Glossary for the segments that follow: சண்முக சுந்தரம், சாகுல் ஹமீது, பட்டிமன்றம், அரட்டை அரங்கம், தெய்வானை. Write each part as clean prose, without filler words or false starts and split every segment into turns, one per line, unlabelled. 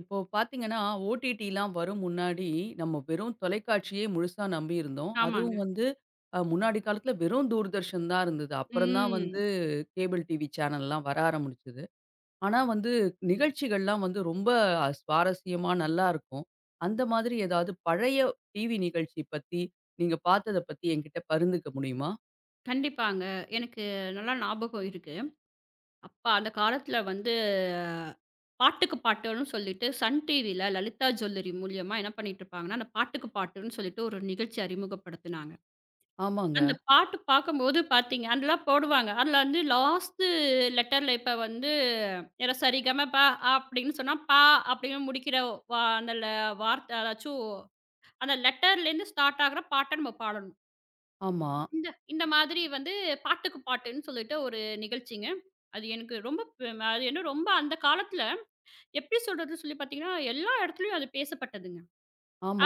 இப்போ பார்த்தீங்கன்னா, ஓடிடிலாம் வரும் முன்னாடி, நம்ம வெறும் தொலைக்காட்சியே முழுசா நம்பியிருந்தோம்.
ஆமாங்க.
அதுவும் வந்து முன்னாடி காலத்தில வெறும் தூர்தர்ஷன் தான் இருந்தது. அப்புறம் தான் வந்து
ம்.
கேபிள் டிவி சேனல்லாம் வர ஆரம்பிச்சது. ஆனா வந்து நிகழ்ச்சிகள்லாம் வந்து ரொம்ப சுவாரஸ்யமா நல்லாருக்கும். அந்த மாதிரி ஏதாவது பழைய டிவி நிகழ்ச்சி பத்தி, நீங்க பார்த்தத பத்தி என்கிட்ட பகிர்ந்துக்க முடியுமா?
கண்டிப்பாங்க. எனக்கு நல்லா ஞாபகம் இருக்கு. அப்ப அந்த காலத்துல வந்து பாட்டுக்கு பாட்டுன்னு சொல்லிட்டு சன் டிவில லலிதா ஜுவல்லரி மூலியமா என்ன பண்ணிட்டு இருப்பாங்கன்னா, அந்த பாட்டுக்கு பாட்டுன்னு சொல்லிட்டு ஒரு நிகழ்ச்சி அறிமுகப்படுத்துனாங்க.
ஆமாங்க.
அந்த பாட்டு பார்க்கும்போது பார்த்தீங்க அதெல்லாம் போடுவாங்க. அதுல வந்து லாஸ்ட் லெட்டர்ல இப்ப வந்து எர சரிகம ப அப்படின்னு சொன்னா, ப அப்படின்னு முடிக்கிற வா அந்த ல வார்த்தை அதாச்சும் அந்த லெட்டர்லேருந்து ஸ்டார்ட் ஆகுற பாட்ட நம்ம பாடணும்.
ஆமா.
இந்த இந்த மாதிரி வந்து பாட்டுக்கு பாட்டுன்னு சொல்லிட்டு ஒரு நிகழ்ச்சிங்க. அது எனக்கு ரொம்ப அது என்ன ரொம்ப அந்த காலத்தில எப்படி சொல்றது சொல்லி பார்த்தீங்கன்னா, எல்லா இடத்துலயும் அது பேசப்பட்டதுங்க.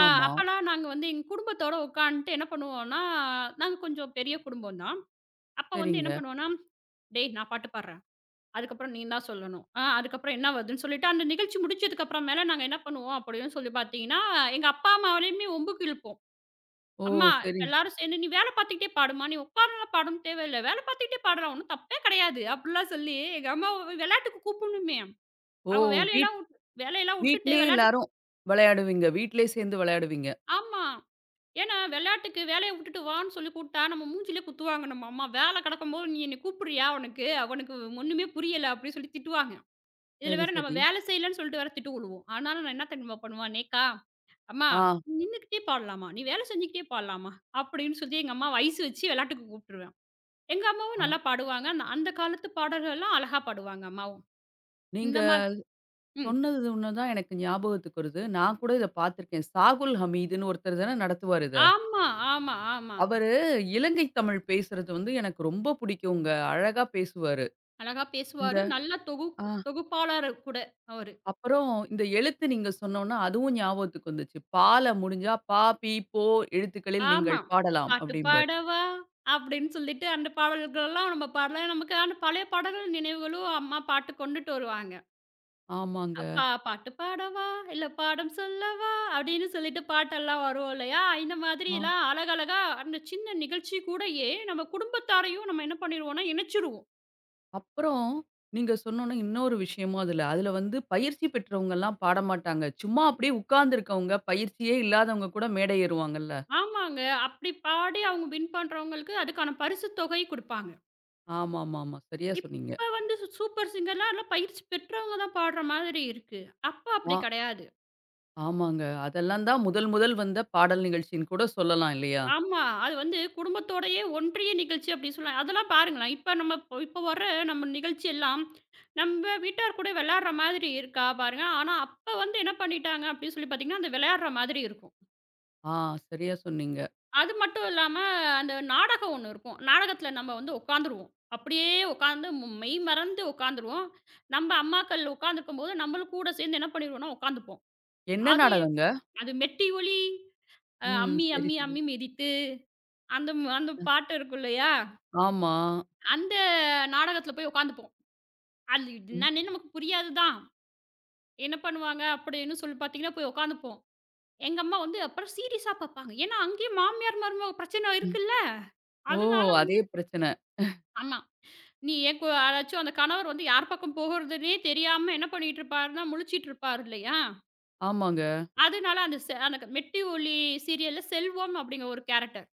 அ அப்பலாம் நாங்க வந்து எங்க குடும்பத்தோட உட்காந்துட்டு என்ன பண்ணுவோம்னா, நாங்க கொஞ்சம் பெரிய குடும்பம் தான். அப்ப வந்து என்ன
சரிங்க.
பண்ணுவோம்னா, "டேய் நான் பாட்டு பாடுறேன். அதுக்கப்புறம் நீ தான் சொல்லணும். ஆ அதுக்கப்புறம் என்ன வருதுன்னு சொல்லிட்டு" அந்த நிகழ்ச்சி முடிச்சதுக்கு அப்புறம் மேல நாங்க என்ன பண்ணுவோம் அப்படின்னு சொல்லி பார்த்தீங்கன்னா, எங்க அப்பா, அம்மாவயுமே வம்புக்கு இழுப்போம்.
ஓ!
அம்மா
சரி.
எல்லாரும் சேர்ந்து, "நீ வேல பார்த்துக்கிட்டே பாடும்மா. நீ உட்கார்ந்துலாம் பாடணும்னு தேவையில்ல. வேல பார்த்துக்கிட்டே பாடலாம். ஒண்ணும் தப்பே கிடையாது." அப்படிலாம் சொல்லி எங்க அம்மாவ விளையாட்டுக்கு கூப்பிடணுமே.
ஓ!
அவங்க
வீ
வேலையெல்லாம் வுட்டுட்டு
வீட்லயே
விளையாட்டு.
எல்லாரும் விளையாடுவீங்க. வீட்லயே சேர்ந்து விளையாடுவீங்க.
ஆமா. ஏன்னா விளையாட்டுக்கு வேலைய வுட்டுட்டு வான்னு சொல்லி கூப்பிட்டா, நம்ம மூஞ்சிலே குத்துவாங்க நம்ம அம்மா. "வேல கிடக்கும்போது நீ என்ன கூப்பிடுறியா? உனக்கு அவனுக்கு ஒண்ணுமே புரியல." அப்படின்னு சொல்லி திட்டுவாங்க. இதுல
சரி,
வேற நம்ம
சரி.
வேலை செய்யலன்னு சொல்லிட்டு வேற திட்டு விழுவும். ஆனாலும் நான் என்ன தெரியுமா பண்ணுவேன், "நேக்கா, அம்மா
ஆ,
நின்னுக்கிட்டே பாடலாம்மா. நீ வேலை செஞ்சுக்கிட்டே பாடலாம்மா." அப்படின்னு சொல்லி எங்க அம்மாவ ஐஸ் வச்சு விளையாட்டுக்கு கூப்பிட்டுருவேன். எங்க அம்மாவும்
ஆ.
நல்லா பாடுவாங்க. அந்த அந்த காலத்து பாடல்கள்லாம் அழகா பாடுவாங்க அம்மாவும்.
நீங்க
இந்த மாரி ம்.
சொன்னது ஒண்ணுதான் எனக்கு ஞாபகத்துக்கு வருது. நான் கூட இத பார்த்துருக்கேன். சாகுல் ஹமீதுன்னு ஒருத்தர் தானே நடத்துவாரு இத.
ஆமா, ஆமா, ஆமா.
அவரு இலங்கை தமிழ் பேசுறது வந்து எனக்கு ரொம்ப பிடிக்குங்க. அழகா பேசுவாரு.
அழகா
இந்த
பேசுவாரு. நல்ல
ஆ
தொகுப்பாளர் கூட அவரு.
அப்புறம் இந்த எழுத்து நீங்க சொன்னோன, அதுவும் ஞாபகத்துக்கு வந்துச்சு. பால முடிஞ்சா பா, பி, போ எழுத்துக்களில்
ஆமா.
நீங்கள் பாடலாம்
"பாட்டு
அப்படிம்பாரு.
பாடவா" அப்படின்னு சொல்லிட்டு அந்த பாடல்கள்லாம் நம்ம பாடலாம். நமக்கு அந்த பழைய பாடல்கள் நினைவுகளும் அம்மா பாட்டு கொண்டுட்டு வருவாங்க.
ஆமாங்க.
அப்பா "பாட்டு பாடவா, இல்ல பாடம் சொல்லவா" அப்படின்னு சொல்லிட்டு பாட்டெல்லாம் வரும் இல்லையா? இந்த
ஆ.
மாதிரிலாம் அழகழகா அந்த சின்ன நிகழ்ச்சி கூடயே நம்ம குடும்பத்தாரையும் நம்ம என்ன பண்ணிருவோம்னா, இணைச்சிருவோம்.
அப்புறம் நீங்க சொன்னோன்னே இன்னொரு விஷயமும் அதுல. அதுல வந்து பயிற்சி பெற்றவங்கலாம் பாடமாட்டாங்க. சும்மா அப்படியே உட்கார்ந்திருக்கவங்க, பயிற்சியே இல்லாதவங்க கூட மேடை ஏறுவாங்கல்ல.
ஆமாங்க. அப்படி பாடி அவங்க வின் பண்றவங்களுக்கு அதுக்கான பரிசு தொகை குடுப்பாங்க.
ஆமாமாமா. சரியா சொன்னீங்க.
இப்ப வந்து சூப்பர் சிங்கர்லாம் எல்லாம் பயிற்சி பெற்றவங்க தான் பாடுற மாதிரி இருக்கு. அப்ப
ஆ
அப்படி கிடையாது.
ஆமாங்க. அதெல்லாம் தான் முதல் முதல் வந்த பாடல் நிகழ்ச்சின்னு கூட சொல்லலாம் இல்லையா?
ஆமா. அது வந்து குடும்பத்தோடயே ஒன்றிய நிகழ்ச்சி அப்படின்னு சொல்லலாம். அதெல்லாம் பாருங்களேன். இப்ப நம்ம இப்ப வர நம்ம நிகழ்ச்சி எல்லாம் நம்ம வீட்டார் கூட விளையாடுற மாதிரி இருக்கா பாருங்க. ஆனா அப்ப வந்து என்ன பண்ணிட்டாங்க அப்படின்னு சொல்லி பார்த்தீங்கன்னா, அது விளையாடுற மாதிரி இருக்கும்.
ஆ சரியா சொன்னீங்க.
அது மட்டும் இல்லாம, அந்த நாடகம் ஒண்ணு இருக்கும். நாடகத்துல நம்ம வந்து உட்காந்துருவோம். அப்படியே உட்காந்து மெய் மறந்து உட்காந்துருவோம். நம்ம அம்மாக்கள் உட்காந்துருக்கும்போது, நம்மளும் கூட சேர்ந்து என்ன பண்ணிருவோம்னா உட்காந்துப்போம்.
என்ன
அது எப்
நாடகங்க?
அது மெட்டி ஒலி,
ம்.
அம்மி
சரி,
அம்மி
சரி.
அம்மி மிதித்து அந்த பாட்டு இருக்கும் இல்லையா?
ஆமா.
அந்த நாடகத்துல போய் உட்காந்துப்போம். அது
ம்,
என்னன்னே நமக்கு புரியாது தான். என்ன பண்ணுவாங்க அப்படின்னு சொல்லி பார்த்தீங்கன்னா, போய் உட்காந்துப்போம். எங்க அம்மா வந்து அப்புறம் சீரியஸா பார்ப்பாங்க. ஏன்னா அங்கேயும் மாமியார் மருமக பிரச்சனை
ம்.
இருக்குல்ல.
ஓ!
அதனால
அதே
வந்து
பிரச்சனை.
ஆமா. நீ ஏன் யாராச்சும் அந்த கணவர் வந்து யார் பக்கம் போகுறதுன்னே தெரியாம என்ன பண்ணிட்டு இருப்பாருன்னா, முழிச்சிட்டு இருப்பாரு இல்லையா?
ஆமாங்க.
அதனால அந்த மெட்டி ஒலி சீரியல்ல செல்வம் அப்படிங்கிற ஒரு கேரக்டர்.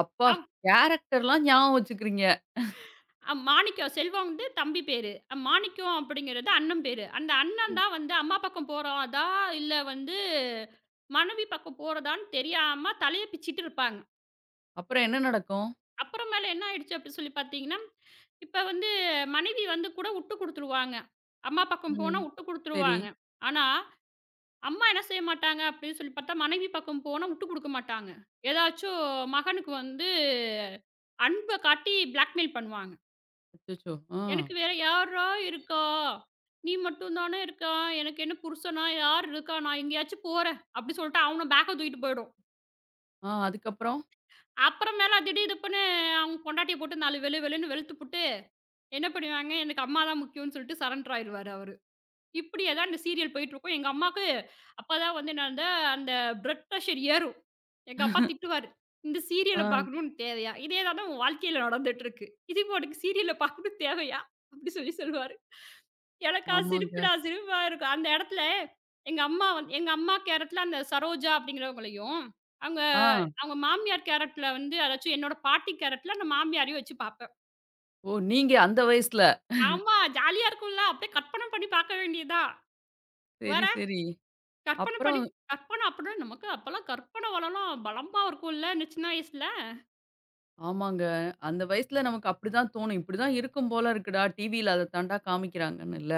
அப்பா! கேரக்டர்லாம் ஞாபகம் வச்சுக்கிறீங்க.
மாணிக்கம் செல்வம் வந்து தம்பி பேரு. அ, மாணிக்கம் அப்படிங்கிறது அண்ணன் பேரு. அந்த அண்ணன் தான் வந்து அம்மா பக்கம் போறதா, இல்ல வந்து மனைவி பக்கம் போறதான்னு தெரியாம தலைய பிச்சிட்டு இருப்பாங்க.
அப்புறம் என்ன நடக்கும்?
அப்புறமேல என்ன ஆயிடுச்சு அப்படி சொல்லி பார்த்தீங்கன்னா, இப்ப வந்து மனைவி வந்து கூட உட்டு குடுத்துருவாங்க. அம்மா பக்கம்
ம்.
போனா உட்டு
சரி.
குடுத்துருவாங்க. ஆனா அம்மா என்ன செய்ய மாட்டாங்க அப்படின்னு சொல்லி பார்த்தா, மனைவி பக்கம் போனா விட்டு குடுக்க மாட்டாங்க. ஏதாச்சும் மகனுக்கு வந்து அன்ப காட்டி பிளாக்மெயில் பண்ணுவாங்க.
அச்சச்சோ! ஆ.
"எனக்கு வேற யார்றா இருக்கா? நீ மட்டும் தானே இருக்க. எனக்கு என்ன புருஷனா? யார் இருக்கா? நான் எங்கேயாச்சும் போறேன்" அப்படி சொல்லிட்டு அவனும் பேக்க தூக்கிட்டு போயிடும்.
ஆ, அதுக்கப்புறம்?
அப்புறமேல திடீர் திப்புன்னு அவங்க பொண்டாட்டிய போட்டு 4 வெளு வெளுன்னு வெளுத்துப்புட்டு என்ன பண்ணுவாங்க, "எனக்கு அம்மா தான் முக்கியம்னு" சொல்லிட்டு சரண்டர் ஆயிருவாரு அவரு. இப்படியே தான் அந்த சீரியல் போயிட்டுருக்கும். எங்க அம்மாக்கு அப்பதான் வந்து என்னது அந்த அந்த பிளட் பிரஷர் ஏறும். எங்க அப்பா திட்டுவாரு. "இந்த
ஆ,
சீரியல பார்க்கணும்னு தேவையா? இதே தான் உன் வாழ்க்கையில நடந்துட்டுருக்கு. இது உனக்கு சீரியல பார்க்கணும் தேவையா?" அப்படி சொல்லி சொல்லுவாரு. எனக்கா
ஆமாங்க.
சிரிப்புடா சிரிப்பா இருக்கும். அந்த இடத்துல எங்க அம்மா வந்து எங்க அம்மா கேரக்டர்ல அந்த சரோஜா அப்படிங்கிறவங்களையும், அவங்க
ஆ,
அவங்க மாமியார் கேரக்டர்ல வந்து அதாச்சும் என்னோட பாட்டி கேரக்டர்ல அந்த மாமியாரையும் வச்சு பார்ப்பேன்.
ஓ! நீங்க அந்த வயசுல.
ஆமா, ஜாலியா இருக்கும்ல. அப்படியே கற்பனை பண்ணி பார்க்க வேண்டியது தான்.
சரி,
வேற
சரி.
கற்பனை பண்ணி
அப்புறம்
கற்பனை அப்படின்னா நமக்கு அப்பலாம் கற்பனை வளம்லாம் பலமா இருக்கும்ல இந்த சின்ன வயசுல.
ஆமாங்க. அந்த வயசுல நமக்கு அப்படிதான் தோணும். இப்படிதான் இருக்கும் போல இருக்குடா, டிவில அத தான்டா காமிக்கிறாங்கன்னுல்ல.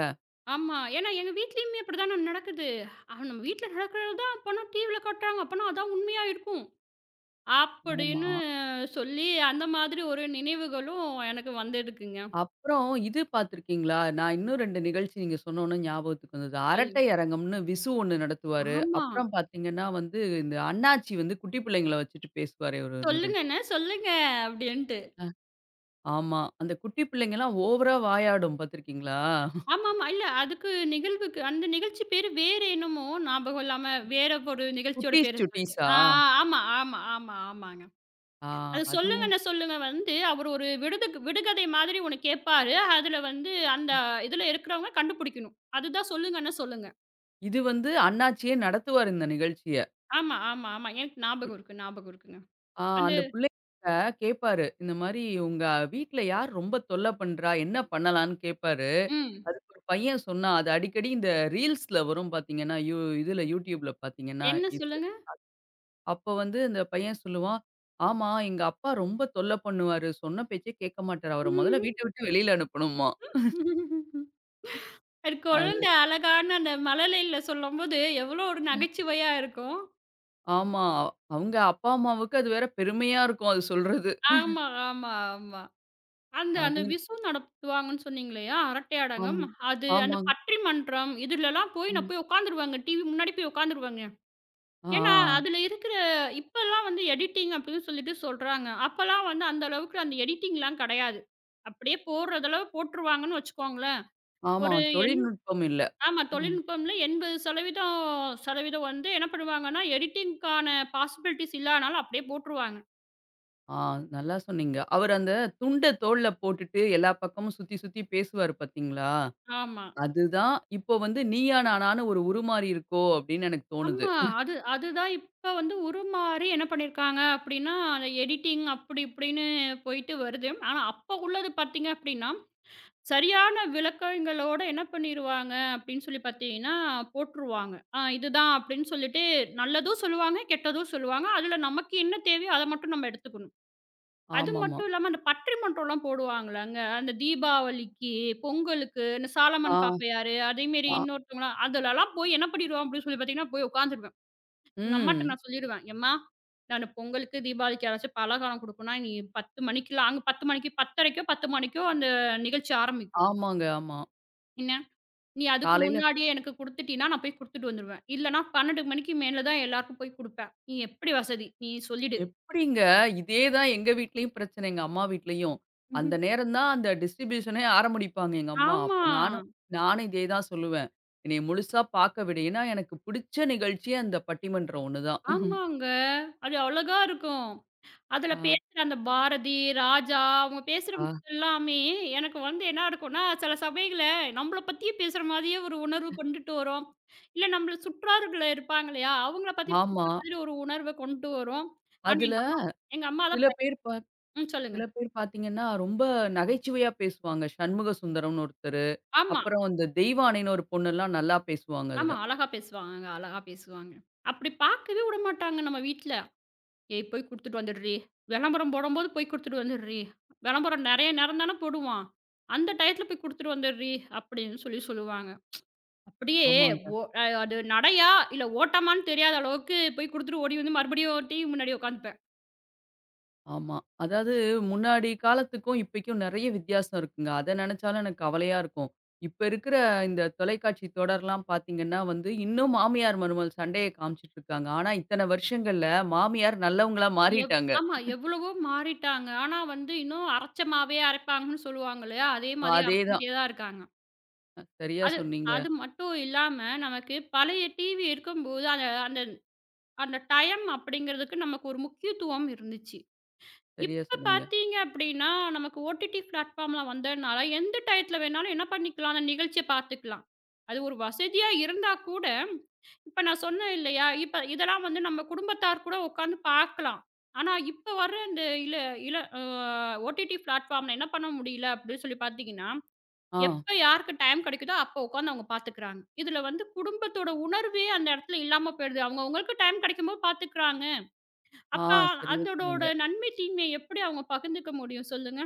ஆமா. ஏன்னா எங்க வீட்லயுமே அப்படிதான நடக்குது. "அவ நம்ம வீட்ல நடக்கிறது தான் அப்பன்னா டிவில காட்டுறாங்க. அப்பன்னா அதான் உண்மையா இருக்கும்."
ஆமா.
அப்படின்னு சொல்லி அந்த மாதிரி ஒரு நினைவுகளும் எனக்கு வந்திருக்குங்க.
அப்புறம் இது பார்த்துருக்கீங்களா? நான் இன்னும் 2 நிகழ்ச்சி நீங்க சொன்னோனே ஞாபகத்துக்கு வந்தது. அரட்டை
சொல்லுங்க.
அரங்கம்னு விசு ஒண்ணு நடத்துவாரு.
ஆமா.
அப்புறம் பார்த்தீங்கன்னா வந்து, இந்த அண்ணாச்சி வந்து குட்டி பிள்ளைங்கள வச்சுட்டு பேசுவாரே ஒரு நிகழ்ச்சி.
"சொல்லுங்கண்ணே, சொல்லுங்க" அப்படின்ட்டு.
அ, ஆமா. அந்த குட்டி பிள்ளைங்கலாம் ஓவரா வாயாடும் பார்த்துருக்கீங்களா?
ஆமாமா. இல்ல அதுக்கு நிகழ்வுக்கு அந்த நிகழ்ச்சி பேரு வேற என்னமோ ஞாபகம் இல்லாம வேற ஒரு நிகழ்ச்சியோட
குட்டீஸ்
பேர சொல்லிட்டேன்.
சுட்டீஸா?
ஆ ஆமா, ஆமா, ஆமா, ஆமாங்க.
ஆ
அது
அதுவும்
சொல்லுங்கண்ண சொல்லுங்க வந்து, அவரு ஒரு விடுகதை மாதிரி ஒண்ணு கேட்பாரு. அதுல வந்து அந்த இதுல இருக்கிறவங்க கண்டுபிடிக்கணும். அதுதான் சொல்லுங்கன்னா சொல்லுங்க.
இது வந்து அண்ணாச்சியே நடத்துவாரு இந்த நிகழ்ச்சிய.
ஆமா, ஆமா, ஆமா. எனக்கு ஞாபகம் இருக்கு, ஞாபகம் இருக்குங்க.
ஆ
அந்த
அந்த பிள்ளைகிட்ட கேட்பாரு. இந்த மாரி உங்க வீட்ல யார் ரொம்ப தொல்ல பண்றா? என்ன பண்ணலான்னு கேட்பாரு.
ம்.
அதுக்கு ஒரு பையன் சொன்னான். அது அடிக்கடி இந்த ரீல்ஸ்ல வரும் பார்த்தீங்கன்னா, இதுல YouTubeல பார்த்தீங்கன்னா,
என்ன
இது.
சொல்லுங்க?
அப்ப வந்து இந்த பையன் சொல்லுவான், "ஆமா எங்க அப்பா ரொம்ப தொல்ல பண்ணுவாரு. சொன்ன பேச்சே கேட்க மாட்டாரு. அவர மொதல்ல வீட்ட விட்டு வெளியில அனுப்பணுமாம்."
அது
அது
குழந்தை அழகான அந்த மழலையில சொல்லும்போது, எவ்வளோ ஒரு நகைச்சுவையா இருக்கும்.
ஆமா. அவங்க அப்பா, அம்மாவுக்கு அது வேற பெருமையா இருக்கும் அது சொல்றது.
ஆமா, ஆமா, ஆமா. அந்த அந்த
அது
விசு நடத்துவாங்கன்னு சொன்னீங்கல்லையா? அரட்டை
ஆமா.
அடங்கம். அது அந்த
ஆமாங்க.
பட்டிமன்றம் இதுலலாம் போய் நான்
ம்.
போய் உட்காந்துருவேங்க. டிவி முன்னாடி போய் உட்காந்துருவேங்க.
ஆ.
ஏன்னா, அதுல இருக்கிற இப்பல்லாம் வந்து எடிட்டிங் அப்படின்னு சொல்லிட்டு சொல்றாங்க. அப்பல்லாம் வந்து அந்த அளவுக்கு அந்த எடிட்டிங்லாம் கெடையாது. அப்படியே போடுறதளவு போட்டுருவாங்கன்னு வச்சுக்கோங்களேன்.
ஆமா.
ஒரு எண்
தொழில்நுட்பம் இல்ல.
ஆமா
ம்.
தொழில்நுட்பம்ல 80% சதவீதம் சதவீதம் வந்து என்ன பண்ணுவாங்கன்னா, எடிட்டிங்க்கான பாசிபிலிட்டிஸ் இல்லாதனால அப்படியே போட்டுருவாங்க.
ஆ நல்லா சொன்னீங்க. அவரு அந்த துண்ட தோள்ல போட்டுட்டு எல்லா பக்கமும் சுத்தி சுத்தி பேசுவாரு பார்த்தீங்களா?
ஆமா.
அதுதான் இப்போ வந்து "நீயா நானான்னு" ஒரு உருமாறி இருக்கோ அப்படின்னு எனக்கு தோணுது.
ஆமா. அதுதான் இப்ப வந்து உருமாறி என்ன பண்ணியிருக்காங்க அப்படின்னா, அந்த எடிட்டிங் அப்படி இப்படின்னு போயிட்டு வருது. ஆனா, அப்ப உள்ளது பார்த்தீங்க அப்படின்னா சரியான விளக்கங்களோட என்ன பண்ணிருவாங்க அப்படின்னு சொல்லி பார்த்தீங்கன்னா, போட்டுருவாங்க. "ஆ இதுதான்" அப்படின்னு சொல்லிட்டு நல்லதும் சொல்லுவாங்க, கெட்டதும் சொல்லுவாங்க. அதுல நமக்கு என்ன தேவையோ அத மட்டும் நம்ம எடுத்துக்கணும். அது
ஆமாமா.
மட்டும் இல்லாம அந்த பட்டிமன்றம்லாம் போடுவாங்கல்லங்க. அந்த தீபாவளிக்கு, பொங்கலுக்கு, இந்த
ஆ,
சாலமன் பாப்பையாரு, அதேமாரி
ஆ.
இன்னொருத்தவங்கலாம் அதுலலாம் போய் என்ன பண்ணிருவேன் அப்படின்னு சொல்லி பார்த்தீங்கன்னா, போய் உட்காந்துருவேன். எங்க அம்மாட்ட
ம்.
நான் சொல்லிருவேன், "எம்மா நான் பொங்கலுக்கு, தீபாவளிக்கு யாராச்சும் பலகாரம் குடுக்கணும்னா, நீ 10 மணிக்கெல்லாம்" அங்க 10 மணிக்கு 10:30க்கோ, 10 மணிக்கோ அந்த நிகழ்ச்சி ஆரம்பிக்கும்.
ஆமாங்க, ஆமா.
நீ அதுக்கு
காலையில
முன்னாடியே எனக்கு குடுத்துட்டீன்னா, நான் போய் குடுத்துட்டு வந்துருவேன். இல்லன்னா 12 மணிக்கு மேல தான் எல்லாருக்கும் போய் குடுப்பேன். நீ எப்படி வசதி? நீ சொல்லிடு.
எப்படிங்க? இதே தான் எங்க வீட்லயும் பிரச்சனை, எங்க அம்மா வீட்லயும். அந்த
ம்ஹும்.
நேரம் தான் அந்த டிஸ்ட்ரிபியூஷனே ஆரம்பிப்பாங்க எங்க அம்மா. அப்ப
ஆமா,
நானும் நானும் இதே தான் சொல்லுவேன். என்னைய முழுசா பார்க்க விடு. ஏன்னா எனக்கு பிடிச்ச நிகழ்ச்சியே அந்த பட்டிமன்றம் ஒண்ணு தான்.
ஆமாங்க. அது அழகா இருக்கும். அதுல
ஆ.
பேசுற அந்த பாரதி, ராஜா அவங்க பேசுற
ஆ.
எல்லாமே எனக்கு வந்து என்ன இருக்கும்னா, சில சமயங்கள்ல நம்மள பத்தியே பேசுற மாதிரியே ஒரு உணர்வு கொண்டுட்டு வரும். இல்ல நம்மள சுற்றார்கள இருப்பாங்க இல்லையா? அவங்கள பத்தி
ஆமா.
பேசுற மாதிரி ஒரு உணர்வ கொண்டு வரும். ஆனா
அதுல
எங்க அம்மா
சில
தான்
பேர் பா
ம் சொல்லுங்க.
சில பேர் பார்த்தீங்கன்னா, ரொம்ப நகைச்சுவையா பேசுவாங்க. சண்முக சுந்தரம்னு ஒருத்தரு.
ஆமா.
அப்புறம் அந்த தெய்வானைன்னு ஒரு பொண்ணுலாம் நல்லா பேசுவாங்க அதுல.
ஆமா. அழகா பேசுவாங்கங்க. அழகா பேசுவாங்க. அப்படி பார்க்கவே விடமாட்டாங்க நம்ம வீட்ல. "ஏய் போய் குடுத்துட்டு வந்துடுறீ. விளம்பரம் போடும்போது போய் குடுத்துட்டு வந்துடுறீ. விளம்பரம் நெறைய நேரம் தானே போடுவான். அந்த டயத்துல போய் குடுத்துட்டு வந்துடுறீ" அப்படின்னு சொல்லி சொல்லுவாங்க. அப்படியே
ஆமாங்க.
ஓ அ அது நடையா, இல்ல ஓட்டமான்னு தெரியாத அளவுக்கு போய் குடுத்துட்டு ஓடி வந்து மறுபடியும் டிவி முன்னாடி உட்காந்துப்பேன்.
ஆமா. அதாவது முன்னாடி காலத்துக்கும், இப்பைக்கும் நெறைய வித்தியாசம் இருக்குங்க. அத நெனச்சாலும் எனக்கு கவலையா இருக்கும். இப்ப இருக்கிற இந்த தொலைக்காட்சி தொடர்லாம் பார்த்தீங்கன்னா வந்து, இன்னும் மாமியார், மருமகள் சண்டைய காமிச்சுட்டு இருக்காங்க. ஆனா, இத்தன வருஷங்கள்ல மாமியார் நல்லவங்களா மாறிட்டாங்க.
ஆமா. எவ்வளவோ மாறிட்டாங்க. ஆனா வந்து இன்னும் அரைச்ச மாவே அரைப்பாங்கன்னு சொல்லுவாங்க இல்லையா? அதே மாதிரி
அதேதான்.
அரைச்சுக்கிட்டே தான் இருக்காங்க.
சரியா
அது
சொன்னீங்க
அது மட்டும் இல்லாம, நமக்கு பழைய டிவி இருக்கும்போது, அந்த அந்த அந்த டைம் அப்படிங்கிறதுக்கு நமக்கு ஒரு முக்கியத்துவம் இருந்துச்சு.
சரியா
இப்ப
சொன்னீங்க.
பார்த்தீங்க அப்படின்னா, நமக்கு ஓடிடி பிளாட்ஃபார்ம்லாம் வந்ததுனால, எந்த டயத்துல வேணாலும் என்ன பண்ணிக்கலாம், அந்த நிகழ்ச்சிய பார்த்துக்கலாம். அது ஒரு வசதியா இருந்தா கூட, இப்ப நான் சொன்னேன் இல்லையா, இப்ப இதெல்லாம் வந்து நம்ம குடும்பத்தார் கூட உட்காந்து பார்க்கலாம். ஆனா, இப்ப வர்ற இந்த இல இல அ ஓடிடி பிளாட்ஃபார்ம்ல என்ன பண்ண முடியல அப்படின்னு சொல்லி பார்த்தீங்கன்னா
ஆ,
எப்ப யாருக்கு டைம் கிடைக்குதோ அப்ப உட்காந்து அவங்க பார்த்துக்கிறாங்க. இதுல வந்து குடும்பத்தோட உணர்வே அந்த இடத்துல இல்லாம போயிடுது. அவங்கவங்களுக்கு டைம் கிடைக்கும்போது பார்த்துக்கிறாங்க.
ஆ.
அப்ப
சரியா சொன்னீங்க.
அதோட நன்மை, தீமைய எப்படி அவங்க பகிர்ந்துக்க முடியும் சொல்லுங்க?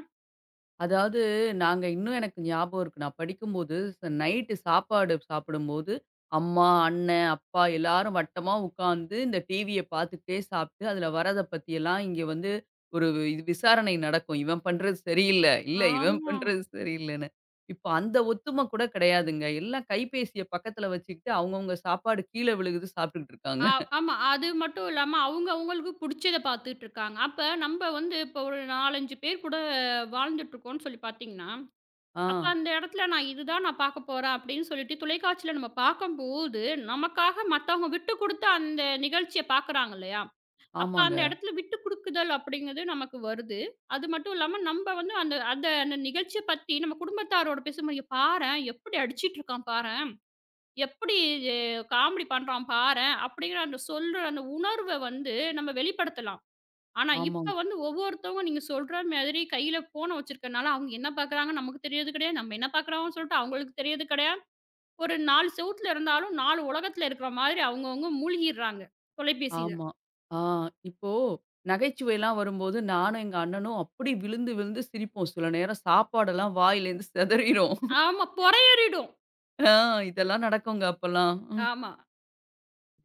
அதாவது நாங்க இன்னும் எனக்கு ஞாபகம் இருக்கு. நான் படிக்கும்போது நைட்டு சாப்பாடு சாப்பிடும்போது, அம்மா, அண்ணன், அப்பா எல்லாரும் வட்டமா உட்காந்து இந்த டிவிய பார்த்துக்கிட்டே சாப்பிட்டு, அதுல வரத பத்தியெல்லாம் இங்க வந்து ஒரு இது விசாரணை நடக்கும். இவன் பண்றது சரியில்ல. இல்ல இவன்
ஆமா.
பண்றது சரியில்லன்னு. இப்ப அந்த ஒத்துமை கூட கிடையாதுங்க. எல்லாம் கைபேசிய பக்கத்துல வச்சுக்கிட்டு அவங்கவங்க சாப்பாடு கீழ விழுகுது சாப்பிட்டுக்கிட்டு இருக்காங்க.
ஆ ஆமா. அது மட்டும் இல்லாம அவங்க அவங்களுக்கு புடிச்சத பார்த்துட்டு இருக்காங்க. அப்ப நம்ப வந்து இப்போ ஒரு 4, 5 பேர் கூட வாழ்ந்துட்டு இருக்கோம்ன்னு சொல்லி பார்த்தீங்கன்னா,
ஆ.
அப்ப அந்த இடத்துல நான் இதுதான் நான் பார்க்க போறேன் அப்படின்னு சொல்லிட்டு தொலைக்காட்சியில நம்ம பார்க்கும்போது, நமக்காக மத்தவங்க விட்டுக் குடுத்து அந்த நிகழ்ச்சிய பார்க்குறாங்க இல்லையா? அப்ப அந்த
ஆமாங்க.
இடத்துல விட்டு குடுக்குதல் அப்படிங்கிறது நமக்கு வருது. அது மட்டும் இல்லாம நம்ப வந்து அந்த அந்த அந்த நிகழ்ச்சிய பத்தி நம்ம குடும்பத்தாரோட பேசும்போது, "இங்க பாரேன் எப்படி அடிச்சிட்டு இருக்கான் பாரேன், எப்படி இது காமெடி பண்றான் பாரேன்" அப்படிங்கிற அந்த சொல்ற அந்த உணர்வ வந்து நம்ம வெளிப்படுத்தலாம். ஆனா
ஆமாங்க.
இப்ப வந்து ஒவ்வொருத்தவங்க நீங்க சொல்ற மாதிரி கையில ஃபோன வச்சிருக்கனால, அவங்க என்ன பார்க்குறாங்கன்னு நமக்கு தெரியறது கிடையாது. நம்ம என்ன பார்க்குறோம்னு சொல்லிட்டு அவங்களுக்கு தெரியறது கிடையாது. ஒரு 4 செவுத்துல இருந்தாலும் 4 உலகத்துல இருக்கிற மாதிரி அவங்கவங்க மூழ்கிடுறாங்க தொலைபேசியில.
ஆமா. ஆ இப்போ நகைச்சுவைலாம் வரும்போது நானும், எங்க அண்ணனும் அப்படி விழுந்து விழுந்து சிரிப்போம். சில நேரம் சாப்பாடெல்லாம் வாயிலேருந்து சிதறிரும்.
ஆமா பொறையேறிடும்.
ஆ இதெல்லாம் நடக்குங்க அப்பலாம். ம்.
ஆமா.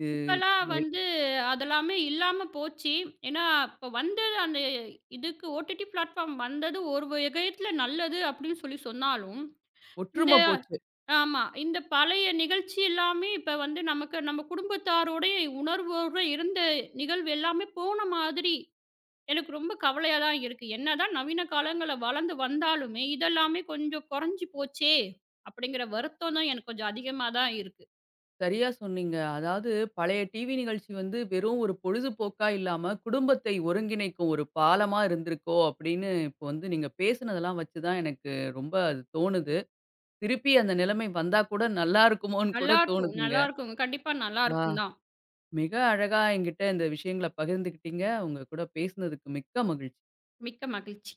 இது
இப்பலாம்
மேல்
வந்து அதெல்லாமே இல்லாம போச்சு. ஏன்னா, இப்ப வந்து அந்த இதுக்கு ஓடிடி பிளாட்ஃபார்ம் வந்தது ஒரு வகைத்துல நல்லது அப்படின்னு சொல்லி சொன்னாலும், இந்த
ஒற்றுமை போச்சு.
ஆமா. இந்த பழைய நிகழ்ச்சி எல்லாமே இப்ப வந்து நமக்கு நம்ம குடும்பத்தாரோடயே உணர்வோட இருந்த நிகழ்வு எல்லாமே போன மாதிரி எனக்கு ரொம்ப கவலையா தான் இருக்கு. என்னதான் நவீன காலங்கள்ல வளர்ந்து வந்தாலுமே, இதெல்லாமே கொஞ்சம் குறைஞ்சு போச்சே! அப்படிங்கிற வருத்தம் தான் எனக்கு கொஞ்சம் அதிகமா தான் இருக்கு.
சரியா சொன்னீங்க. அதாவது பழைய டிவி நிகழ்ச்சி வந்து வெறும் ஒரு பொழுதுபோக்கா இல்லாம, குடும்பத்தை ஒருங்கிணைக்கும் ஒரு பாலமா இருந்திருக்கோ அப்படின்னு இப்போ வந்து நீங்க பேசினதெல்லாம் வச்சு தான் எனக்கு ரொம்ப அது தோணுது. திருப்பி அந்த நிலைமை வந்தா கூட நல்லா இருக்குமோன்னு கூட
நல்லாருக்கும்,
தோணுதுங்க.
நல்லாருக்குங்க. கண்டிப்பா
ஆ.
நல்லாருக்கும் தான்.
மிக அழகா என்கிட்ட இந்த விஷயங்கள பகிர்ந்துக்கிட்டீங்க. உங்க கூட பேசினதுக்கு மிக்க மகிழ்ச்சி.
மிக்க மகிழ்ச்சி.